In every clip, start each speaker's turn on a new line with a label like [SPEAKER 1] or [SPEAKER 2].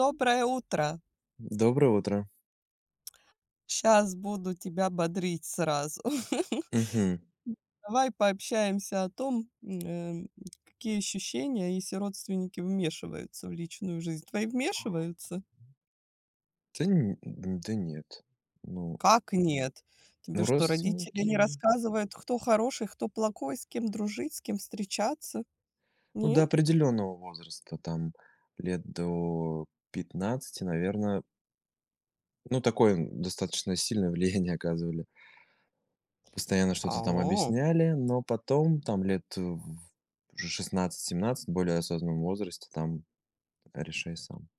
[SPEAKER 1] Доброе утро.
[SPEAKER 2] Доброе утро.
[SPEAKER 1] Сейчас буду тебя бодрить сразу.
[SPEAKER 2] Мгм.
[SPEAKER 1] Давай пообщаемся о том, какие ощущения, если родственники вмешиваются в личную жизнь. Твои вмешиваются?
[SPEAKER 2] Да, н да нет. Ну,
[SPEAKER 1] Как нет? Тебе
[SPEAKER 2] ну,
[SPEAKER 1] что, родители не
[SPEAKER 2] родственники,
[SPEAKER 1] рассказывают, кто хороший, кто плохой, с кем дружить, с кем встречаться?
[SPEAKER 2] ну, до
[SPEAKER 1] Нет?
[SPEAKER 2] определенного возраста, там лет до 15, наверное, ну такое достаточно сильное влияние оказывали. Постоянно что-то там
[SPEAKER 1] А.
[SPEAKER 2] объясняли, но потом, там лет в уже 16-17, более осознанном возрасте, там решай сам.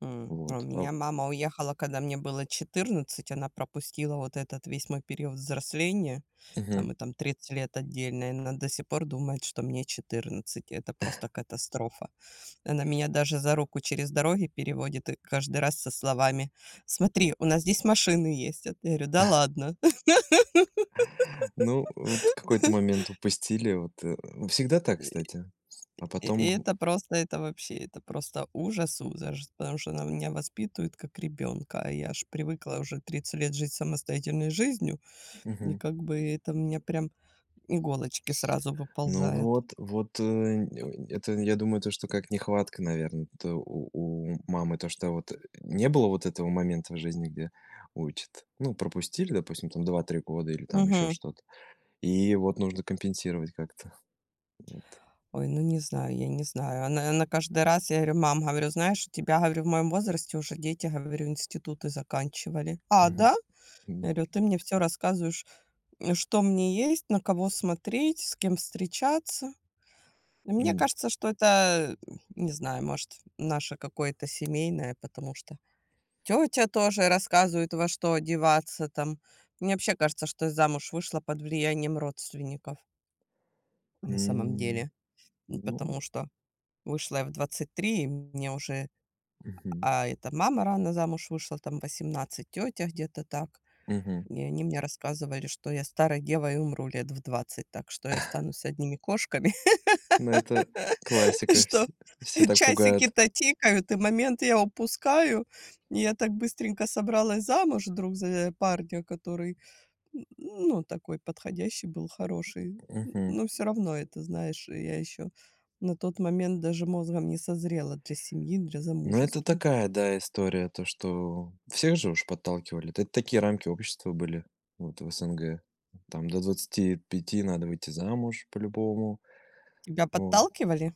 [SPEAKER 1] А у
[SPEAKER 2] Вот, а.
[SPEAKER 1] меня мама уехала, когда мне было 14. Она пропустила вот этот весь мой период взросления. А
[SPEAKER 2] Мгм.
[SPEAKER 1] мы там 30 лет отдельно, и она до сих пор думает, что мне 14. Это просто катастрофа. Она меня даже за руку через дороги переводит и каждый раз со словами: "Смотри, у нас здесь машины есть". Я говорю: "Да ладно".
[SPEAKER 2] Ну, вот какой-то момент упустили, вот. Всегда так, кстати. А
[SPEAKER 1] И
[SPEAKER 2] потом.
[SPEAKER 1] это просто, это вообще, это просто ужас, ужас, потому что она меня воспитывает как ребенка, а я ж привыкла уже 30 лет жить самостоятельной жизнью. И как бы это у меня прям иголочки сразу
[SPEAKER 2] Ну
[SPEAKER 1] выползают.
[SPEAKER 2] вот, это, я думаю, то, что как нехватка, наверное, у мамы, то, что вот не было вот этого момента в жизни, где учат. Ну, пропустили, допустим, там 2-3 года или там еще
[SPEAKER 1] Мгм.
[SPEAKER 2] что-то. И вот нужно компенсировать как-то. Вот.
[SPEAKER 1] Ой, ну не знаю, я не знаю. Она каждый раз, я говорю, мам, говорю, знаешь, у тебя, говорю, в моем возрасте уже дети, говорю, институты заканчивали. А,
[SPEAKER 2] Мгм.
[SPEAKER 1] да?
[SPEAKER 2] Да.
[SPEAKER 1] Я говорю, ты мне все рассказываешь, что мне есть, на кого смотреть, с кем встречаться. И мне
[SPEAKER 2] М.
[SPEAKER 1] кажется, что это, не знаю, может, наше какое-то семейное, потому что тетя тоже рассказывает, во что одеваться там. Мне вообще кажется, что я замуж вышла под влиянием родственников на самом
[SPEAKER 2] М.
[SPEAKER 1] деле.
[SPEAKER 2] Ну.
[SPEAKER 1] Потому что вышла я в 23, и мне уже,
[SPEAKER 2] Мгм.
[SPEAKER 1] а эта мама рано замуж вышла, там 18. Тетя где-то так.
[SPEAKER 2] Мгм.
[SPEAKER 1] И они мне рассказывали, что я старой девой умру лет в 20, так что я останусь с одними кошками,
[SPEAKER 2] Ну, это классика.
[SPEAKER 1] что
[SPEAKER 2] Все так пугают.
[SPEAKER 1] часики-то тикают, и момент я упускаю. И я так быстренько собралась замуж вдруг за парня, который, Н ну, такой подходящий был, хороший. Н
[SPEAKER 2] Мгм.
[SPEAKER 1] но все равно это, знаешь, я еще на тот момент даже мозгом не созрела для семьи, для
[SPEAKER 2] Ну, это
[SPEAKER 1] замужества.
[SPEAKER 2] такая, да, история, то, что всех же уж подталкивали. Это такие рамки общества были, вот, в СНГ. Там до 25 надо выйти замуж по-любому.
[SPEAKER 1] Тебя
[SPEAKER 2] Вот.
[SPEAKER 1] подталкивали?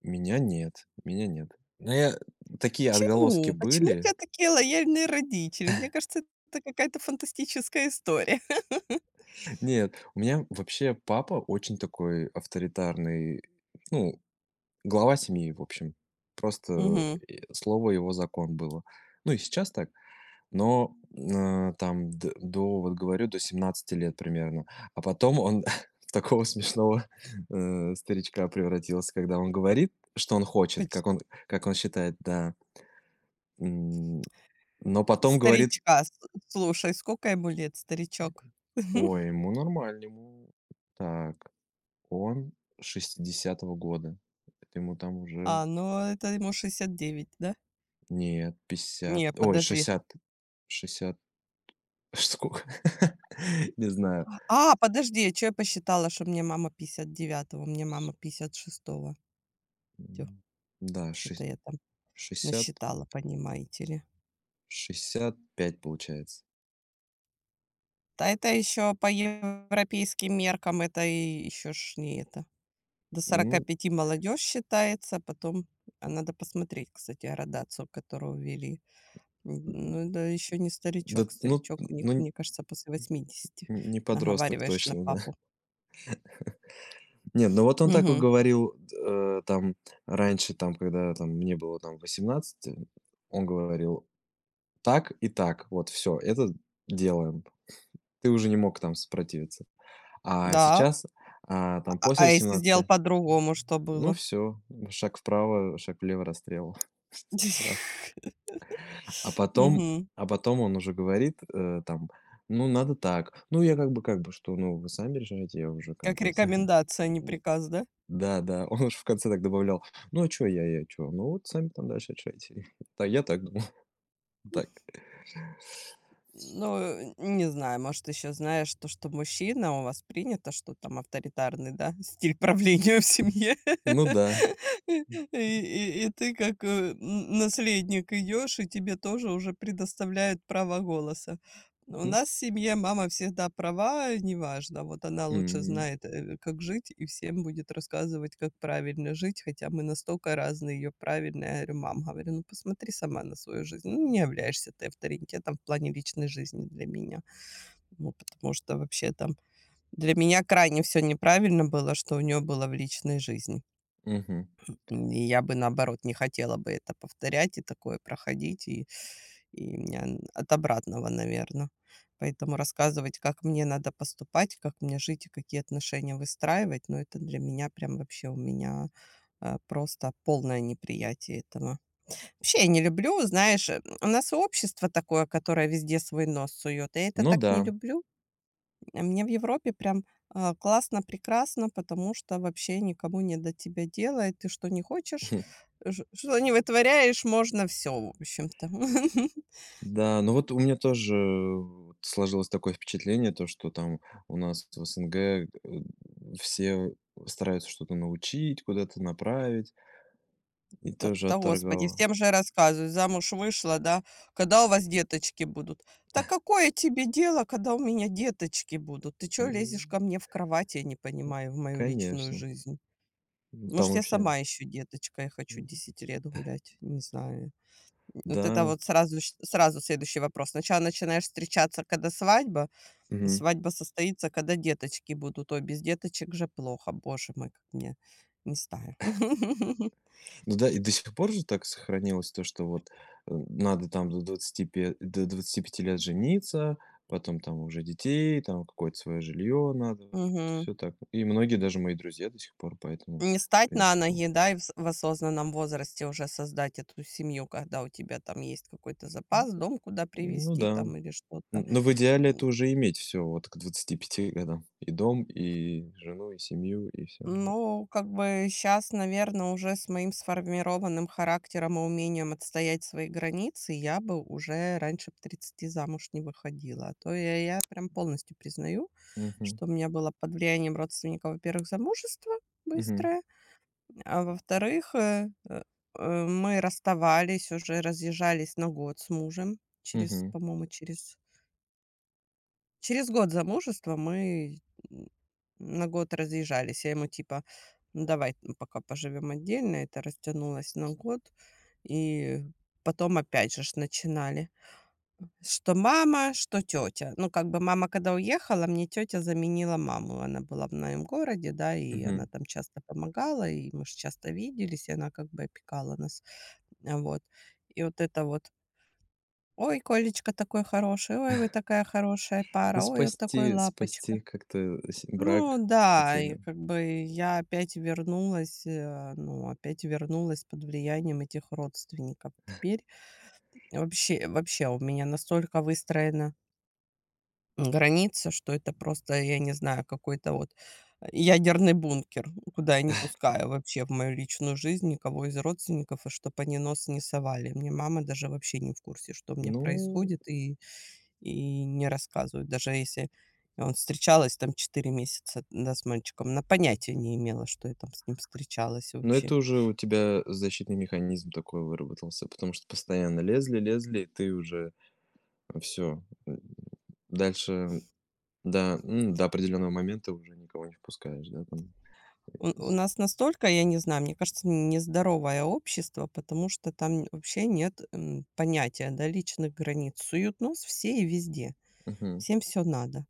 [SPEAKER 2] Меня нет, меня нет. Но я, такие отголоски
[SPEAKER 1] Чему? Почему у
[SPEAKER 2] были.
[SPEAKER 1] тебя такие лояльные родители? Мне кажется, это какая-то фантастическая история.
[SPEAKER 2] Нет, у меня вообще папа очень такой авторитарный, ну, глава семьи, в общем. Просто,
[SPEAKER 1] Мгм.
[SPEAKER 2] слово его закон было. Ну и сейчас так. Но, там д до, вот говорю, до 17 лет примерно. А потом он в такого смешного, старичка превратился, когда он говорит, что он хочет,
[SPEAKER 1] Поч
[SPEAKER 2] как он считает, да. М, но потом говорит:
[SPEAKER 1] Старичка, с слушай, сколько ему лет, старичок?
[SPEAKER 2] "Ой, ему нормально, ему так, он 60 года, это ему там уже".
[SPEAKER 1] А, ну, это ему 69, да?
[SPEAKER 2] Нет, 50,
[SPEAKER 1] Не,
[SPEAKER 2] ой,
[SPEAKER 1] подожди.
[SPEAKER 2] шестьдесят, сколько? Не знаю.
[SPEAKER 1] А, подожди, я что я посчитала, что мне мама 59-го, мне мама 56-го,
[SPEAKER 2] М, да,
[SPEAKER 1] что-то
[SPEAKER 2] шесть
[SPEAKER 1] я там
[SPEAKER 2] шестьдесят
[SPEAKER 1] насчитала, понимаете ли.
[SPEAKER 2] 65 получается.
[SPEAKER 1] Да это еще по европейским меркам, это и еще ж не это. До сорока
[SPEAKER 2] Ну,
[SPEAKER 1] пяти молодежь считается, потом, а надо посмотреть, кстати, градацию, которую ввели. Ну, это еще не
[SPEAKER 2] да,
[SPEAKER 1] старичок.
[SPEAKER 2] ну
[SPEAKER 1] Старичок у них,
[SPEAKER 2] ну н
[SPEAKER 1] мне кажется, после 80
[SPEAKER 2] не подросток
[SPEAKER 1] наговариваешь на
[SPEAKER 2] точно, да.
[SPEAKER 1] папу.
[SPEAKER 2] Не, ну вот он так вот
[SPEAKER 1] Мгм.
[SPEAKER 2] говорил, там раньше, там, когда там мне было там 18, он говорил: "Так и так, вот все, это делаем". Ты уже не мог там сопротивиться. А
[SPEAKER 1] Да.
[SPEAKER 2] сейчас,
[SPEAKER 1] А
[SPEAKER 2] там
[SPEAKER 1] а
[SPEAKER 2] после
[SPEAKER 1] а если сделал
[SPEAKER 2] 18,
[SPEAKER 1] по-другому, что
[SPEAKER 2] ну
[SPEAKER 1] было?
[SPEAKER 2] все, шаг вправо, шаг влево, расстрел. Сразу. А потом
[SPEAKER 1] Мгм.
[SPEAKER 2] а потом он уже говорит, там: "Ну, надо так". Ну, я как бы: "Что, ну, вы сами решаете". Я уже как
[SPEAKER 1] Как
[SPEAKER 2] бы
[SPEAKER 1] рекомендация, а не приказ, да?
[SPEAKER 2] да-да, он уж в конце так добавлял: "Ну, а чё я чё? Ну, вот сами там дальше решайте". Так я так думал. Так.
[SPEAKER 1] Ну, не знаю, может, еще знаешь то, что мужчина, у вас принято, что там авторитарный, да, стиль правления в семье.
[SPEAKER 2] Ну да.
[SPEAKER 1] И ты как, н наследник идешь, и тебе тоже уже предоставляют право голоса. Ну, у
[SPEAKER 2] М,
[SPEAKER 1] нас в семье мама всегда права, неважно. Вот она лучше
[SPEAKER 2] м,
[SPEAKER 1] знает, как жить, и всем будет рассказывать, как правильно жить, хотя мы настолько разные ее правильно. Я говорю, мам, говорю, ну посмотри сама на свою жизнь. Ну, не являешься ты авторитетом в плане личной жизни для меня. Ну, потому что вообще там для меня крайне все неправильно было, что у нее было в личной жизни
[SPEAKER 2] мгм.
[SPEAKER 1] и я бы, наоборот, не хотела бы это повторять и такое проходить, и у меня н от обратного, наверное. Поэтому рассказывать, как мне надо поступать, как мне жить и какие отношения выстраивать, ну, это для меня прям вообще у меня, просто полное неприятие этого. Вообще я не люблю, знаешь, у нас общество такое, которое везде свой нос сует. Я это
[SPEAKER 2] Ну
[SPEAKER 1] так не
[SPEAKER 2] да.
[SPEAKER 1] люблю. А мне в Европе прям, классно, прекрасно, потому что вообще никому не до тебя дела, и ты что не хочешь, ж что не вытворяешь, можно все, в общем-то.
[SPEAKER 2] Да, ну вот у меня тоже вот сложилось такое впечатление, то что там у нас в СНГ, все стараются что-то научить, куда-то направить, и
[SPEAKER 1] Та
[SPEAKER 2] тоже
[SPEAKER 1] та господи,
[SPEAKER 2] отторгало.
[SPEAKER 1] всем же рассказываю: замуж вышла, да, когда у вас деточки будут? Да какое тебе дело, когда у меня деточки будут? Ты что лезешь ко
[SPEAKER 2] М,
[SPEAKER 1] мне в кровать, я не понимаю, в мою личную
[SPEAKER 2] конечно.
[SPEAKER 1] жизнь?
[SPEAKER 2] Там
[SPEAKER 1] Может, я
[SPEAKER 2] вообще,
[SPEAKER 1] сама ищу деточка я хочу
[SPEAKER 2] м,
[SPEAKER 1] 10 лет гулять, не знаю. Вот это
[SPEAKER 2] да,
[SPEAKER 1] вот сразу ш сразу следующий вопрос. Сначала начинаешь встречаться, когда свадьба.
[SPEAKER 2] мгм.
[SPEAKER 1] Свадьба состоится, когда деточки будут. Ой, без деточек же плохо. Боже мой, как мне не знаю.
[SPEAKER 2] Ну да, и до сих пор же так сохранилось то, что вот, надо там до двадцати пяти лет жениться, потом там уже детей, там какое-то свое жилье надо, вот
[SPEAKER 1] Мгм.
[SPEAKER 2] всё так. И многие, даже мои друзья, до сих пор по этому
[SPEAKER 1] Не стать на
[SPEAKER 2] принципу.
[SPEAKER 1] ноги, да, и в осознанном возрасте уже создать эту семью, когда у тебя там есть какой-то
[SPEAKER 2] М,
[SPEAKER 1] запас, дом, куда
[SPEAKER 2] ну
[SPEAKER 1] привезти
[SPEAKER 2] да. Н
[SPEAKER 1] там или что-то.
[SPEAKER 2] но в идеале это уже иметь все вот к 25 годам: и дом, и жену, и семью, и все.
[SPEAKER 1] Ну, как бы сейчас, наверное, уже с моим сформированным характером и умением отстоять свои границы я бы уже раньше б 30 замуж не выходила. А то я прям полностью признаю,
[SPEAKER 2] Угу,
[SPEAKER 1] что у меня было под влиянием родственников, во-первых, замужество
[SPEAKER 2] угу,
[SPEAKER 1] быстрое, а во-вторых, мы расставались, уже разъезжались на год с мужем через,
[SPEAKER 2] угу.
[SPEAKER 1] по-моему, через. Через год замужества мы, м, на год разъезжались. Я ему типа: "Ну, давай, пока поживем отдельно". Это растянулось на год. И потом опять же ж начинали. Что мама, что тетя. Ну, как бы мама когда уехала, мне тетя заменила маму. Она была в моем городе, да, и она там часто помогала, и мы же часто виделись, и она как бы опекала нас. А, вот. И вот это вот: "Ой, Колечка такой хороший, ой, вы такая хорошая
[SPEAKER 2] Ну,
[SPEAKER 1] пара, ой, он такой
[SPEAKER 2] спасти
[SPEAKER 1] лапочка".
[SPEAKER 2] спасти как-то сь брак
[SPEAKER 1] Ну да,
[SPEAKER 2] хотели.
[SPEAKER 1] и как бы я опять вернулась, ну, опять вернулась под влиянием этих родственников. Теперь вообще, вообще у меня настолько выстроена граница, что это просто, я не знаю, какой-то вот ядерный бункер, куда я не пускаю вообще в мою личную жизнь никого из родственников, и чтобы они нос не совали. Мне мама даже вообще не в курсе, что у меня
[SPEAKER 2] Ну,
[SPEAKER 1] происходит, и не рассказывают. Даже если он встречалась там 4 месяца, да, с мальчиком, она понятия не имела, что я там с ним встречалась
[SPEAKER 2] но это
[SPEAKER 1] вообще.
[SPEAKER 2] уже у тебя защитный механизм такой выработался, потому что постоянно лезли, лезли, и ты уже все дальше до определенного момента уже никого не впускаешь, да, там
[SPEAKER 1] У
[SPEAKER 2] из.
[SPEAKER 1] нас настолько, я не знаю, мне кажется, нездоровое общество, потому что там вообще нет, понятия, да, личных границ. Суют нос все и везде.
[SPEAKER 2] Мгм.
[SPEAKER 1] Всем все надо.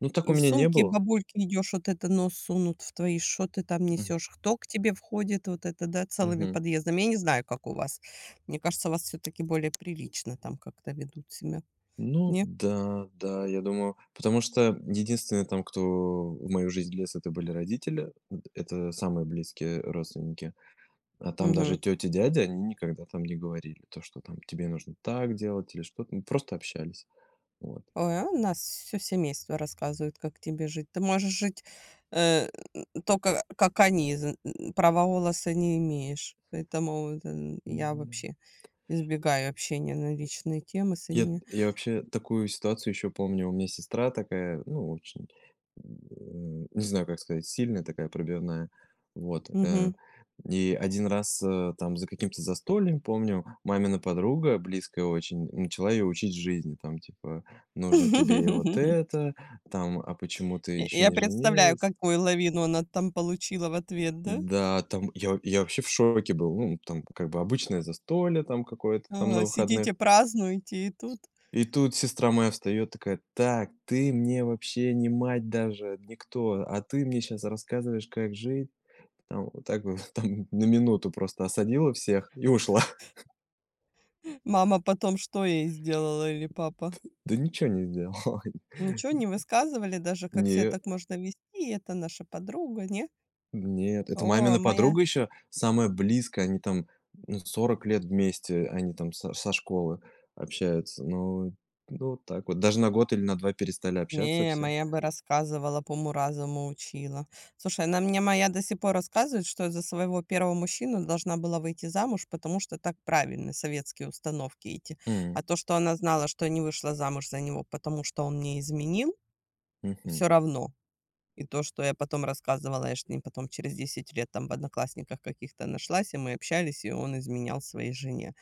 [SPEAKER 2] Ну, так у
[SPEAKER 1] И в
[SPEAKER 2] меня не
[SPEAKER 1] сумке
[SPEAKER 2] было.
[SPEAKER 1] бабульки идёшь, вот это нос сунут в твои, что ты там
[SPEAKER 2] М,
[SPEAKER 1] несешь. Кто к тебе входит, вот это, да, целыми
[SPEAKER 2] мгм.
[SPEAKER 1] подъездами. Я не знаю, как у вас. Мне кажется, у вас все таки более прилично там как-то ведут себя.
[SPEAKER 2] Ну
[SPEAKER 1] Не?
[SPEAKER 2] да, да, я думаю, потому что единственные там, кто в мою жизнь лез, это были родители. Это самые близкие родственники. А там даже
[SPEAKER 1] Мгм.
[SPEAKER 2] тётя, дяди, они никогда там не говорили то, что там тебе нужно так делать или что-то. Мы просто общались. Вот.
[SPEAKER 1] Ой, а у нас все семейство рассказывает, как тебе жить. Ты можешь жить, э, тока как они, з н права голоса не имеешь. Поэтому вот, я
[SPEAKER 2] М,
[SPEAKER 1] вообще избегаю общения на личные темы с
[SPEAKER 2] я
[SPEAKER 1] ними.
[SPEAKER 2] я вообще такую ситуацию еще помню. У меня сестра такая, ну, очень, не знаю, как сказать, сильная такая, пробивная. Вот,
[SPEAKER 1] Мгм.
[SPEAKER 2] и один раз, там за каким-то застольем, помню, мамина подруга, близкая очень, начала ее учить жизни. Там типа: "Нужно тебе и вот это, там, а почему ты
[SPEAKER 1] И
[SPEAKER 2] еще
[SPEAKER 1] я
[SPEAKER 2] не
[SPEAKER 1] представляю,
[SPEAKER 2] женилась?"
[SPEAKER 1] какую лавину она там получила в ответ, да?
[SPEAKER 2] Да, там я вообще в шоке был. Ну, там как бы обычное застолье там какое-то там на
[SPEAKER 1] Ага,
[SPEAKER 2] выходных.
[SPEAKER 1] сидите, празднуете, и тут
[SPEAKER 2] И тут сестра моя встает такая: "Так, ты мне вообще не мать даже, никто, а ты мне сейчас рассказываешь, как жить". Там вот так вот, там на минуту просто осадила всех и ушла.
[SPEAKER 1] мама потом что ей сделала или папа?
[SPEAKER 2] Да ничего не сделала.
[SPEAKER 1] Ничего не высказывали даже, как себя
[SPEAKER 2] Не
[SPEAKER 1] так можно вести, это наша подруга, не?
[SPEAKER 2] Нет, это мамина
[SPEAKER 1] О, моя
[SPEAKER 2] подруга еще самая близкая. Они там, ну, 40 лет вместе, они там со школы общаются. Ну, ну, вот так вот. Даже на год или на два перестали общаться
[SPEAKER 1] не,
[SPEAKER 2] все.
[SPEAKER 1] моя бы рассказывала, по уму разуму учила. Слушай, она мне моя до сих пор рассказывает, что я за своего первого мужчину должна была выйти замуж, потому что так правильно, советские установки эти.
[SPEAKER 2] М,
[SPEAKER 1] А то, что она знала, что не вышла замуж за него, потому что он мне изменил,
[SPEAKER 2] мгм.
[SPEAKER 1] все равно. И то, что я потом рассказывала, я ж с ним потом через 10 лет там в "Одноклассниках" каких-то нашлась, и мы общались, и он изменял своей жене.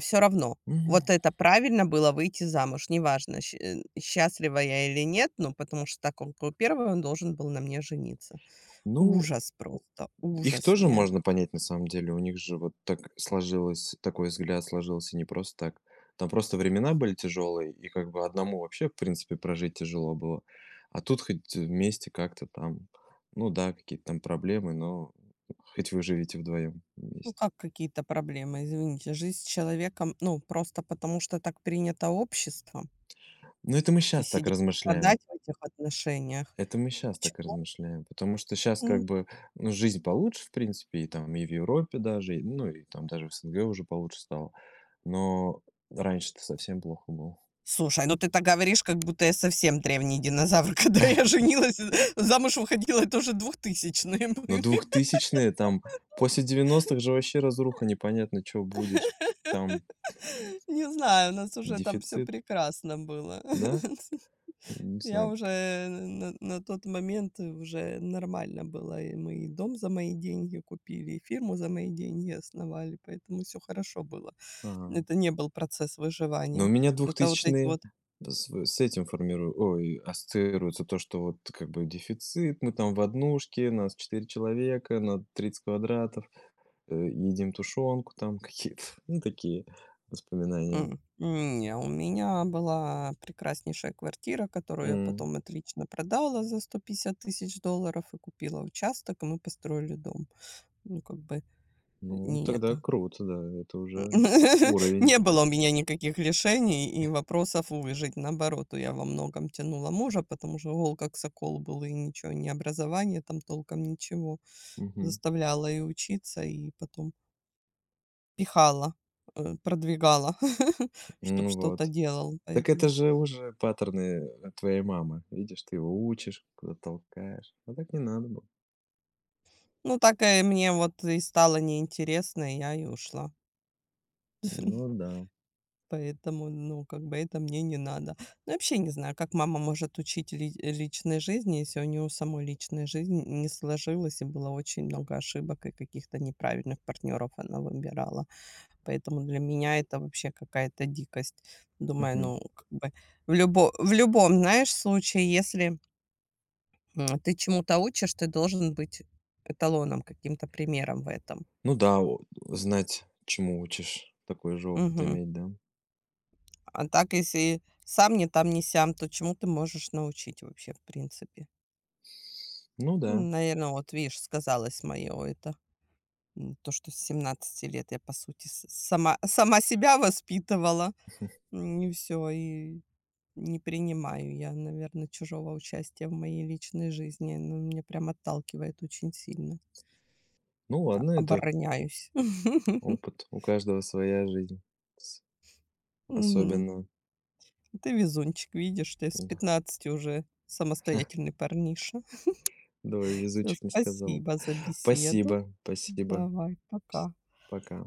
[SPEAKER 1] Все равно.
[SPEAKER 2] М,
[SPEAKER 1] Вот это правильно было — выйти замуж. Неважно, счастлива я или нет, но потому что так он был первый, он должен был на мне жениться.
[SPEAKER 2] ну.
[SPEAKER 1] Ужас просто,
[SPEAKER 2] Их
[SPEAKER 1] ужас
[SPEAKER 2] тоже
[SPEAKER 1] мне.
[SPEAKER 2] можно понять на самом деле. У них же вот так сложилось, такой взгляд сложился не просто так. Там просто времена были тяжелые, и как бы одному вообще, в принципе, прожить тяжело было. А тут хоть вместе как-то там, ну да, какие-то там проблемы, но хоть вы живете вдвоем
[SPEAKER 1] Ну,
[SPEAKER 2] вместе.
[SPEAKER 1] как какие-то проблемы, извините. Жизнь с человеком, ну, просто потому что так принято обществом,
[SPEAKER 2] Но это мы
[SPEAKER 1] и
[SPEAKER 2] сейчас так
[SPEAKER 1] сидеть
[SPEAKER 2] размышляем.
[SPEAKER 1] страдать в этих отношениях.
[SPEAKER 2] Это мы сейчас так
[SPEAKER 1] Почему?
[SPEAKER 2] размышляем, потому что сейчас как бы, ну, жизнь получше, в принципе, и там и в Европе даже, и, ну, и там даже в СНГ уже получше стало. Но раньше-то совсем плохо было.
[SPEAKER 1] Слушай, ну ты так говоришь, как будто я совсем древний динозавр. Когда я женилась, замуж выходила, это уже 2000-е
[SPEAKER 2] Но
[SPEAKER 1] были.
[SPEAKER 2] двухтысячные там, после 90-х же вообще разруха, непонятно, что будет. Там
[SPEAKER 1] Не знаю, у нас уже там все
[SPEAKER 2] дефицит,
[SPEAKER 1] прекрасно было.
[SPEAKER 2] да? Не
[SPEAKER 1] Я
[SPEAKER 2] знаю.
[SPEAKER 1] уже на тот момент уже нормально было, и мы и дом за мои деньги купили, и фирму за мои деньги основали, поэтому все хорошо было.
[SPEAKER 2] Ага.
[SPEAKER 1] Это не был процесс
[SPEAKER 2] Но у
[SPEAKER 1] выживания.
[SPEAKER 2] меня
[SPEAKER 1] Это вот эти
[SPEAKER 2] двухтысячные
[SPEAKER 1] вот.
[SPEAKER 2] с этим ассоциируется то, что вот как бы дефицит, мы там в однушке, нас 4 человека на 30 квадратов, едим тушенку там, какие-то, ну, такие воспоминания.
[SPEAKER 1] Не, у меня была прекраснейшая квартира, которую я
[SPEAKER 2] М.
[SPEAKER 1] потом отлично продала за 150 000 долларов и купила участок, и мы построили дом. Ну, как бы,
[SPEAKER 2] Ну,
[SPEAKER 1] не
[SPEAKER 2] тогда
[SPEAKER 1] это.
[SPEAKER 2] круто, да, это уже уровень.
[SPEAKER 1] Не было у меня никаких лишений и вопросов выжить. Наоборот, я во многом тянула мужа, потому что гол как сокол был, и ничего, ни образование там толком, ничего.
[SPEAKER 2] Мгм.
[SPEAKER 1] Заставляла и учиться, и потом пихала, продвигала, чтобы
[SPEAKER 2] Ну
[SPEAKER 1] что-то
[SPEAKER 2] вот.
[SPEAKER 1] делал.
[SPEAKER 2] Так это
[SPEAKER 1] Поэтому.
[SPEAKER 2] же уже паттерны, твоей мамы. Видишь, ты его учишь, куда толкаешь. А так не надо было.
[SPEAKER 1] Ну, такая мне вот и стало неинтересно, и я и ушла.
[SPEAKER 2] Ну да.
[SPEAKER 1] Поэтому, ну, как бы это мне не надо. Ну, вообще не знаю, как мама может учить личной жизни, если у нее самой личная жизнь не сложилась, и было очень много ошибок и каких-то неправильных партнеров она выбирала. Поэтому для меня это вообще какая-то дикость. Думаю,
[SPEAKER 2] Мгм.
[SPEAKER 1] ну, как бы в любом, знаешь, случае, если ты чему-то учишь, ты должен быть эталоном, каким-то примером в этом.
[SPEAKER 2] Ну да, о знать, чему учишь, такой же опыт
[SPEAKER 1] Мгм.
[SPEAKER 2] иметь, да?
[SPEAKER 1] А так, если сам не там не сям, то чему ты можешь научить вообще, в принципе?
[SPEAKER 2] Ну да.
[SPEAKER 1] Наверное, вот видишь, сказалось мое это, то, что с 17 лет я, по сути, с сама сама себя воспитывала. И все, и не принимаю я, наверное, чужого участия в моей личной жизни. Оно меня прям отталкивает очень сильно.
[SPEAKER 2] Ну
[SPEAKER 1] Я
[SPEAKER 2] ладно, это
[SPEAKER 1] обороняюсь.
[SPEAKER 2] опыт. У каждого своя жизнь. С
[SPEAKER 1] Мгм.
[SPEAKER 2] Особенно,
[SPEAKER 1] Ты везунчик, видишь, ты с
[SPEAKER 2] да.
[SPEAKER 1] 15 уже самостоятельный парниша.
[SPEAKER 2] Двое
[SPEAKER 1] Всё,
[SPEAKER 2] везучих не сказал бы.
[SPEAKER 1] спасибо за беседу.
[SPEAKER 2] Спасибо, спасибо.
[SPEAKER 1] Давай,
[SPEAKER 2] Пс
[SPEAKER 1] пока.
[SPEAKER 2] пока.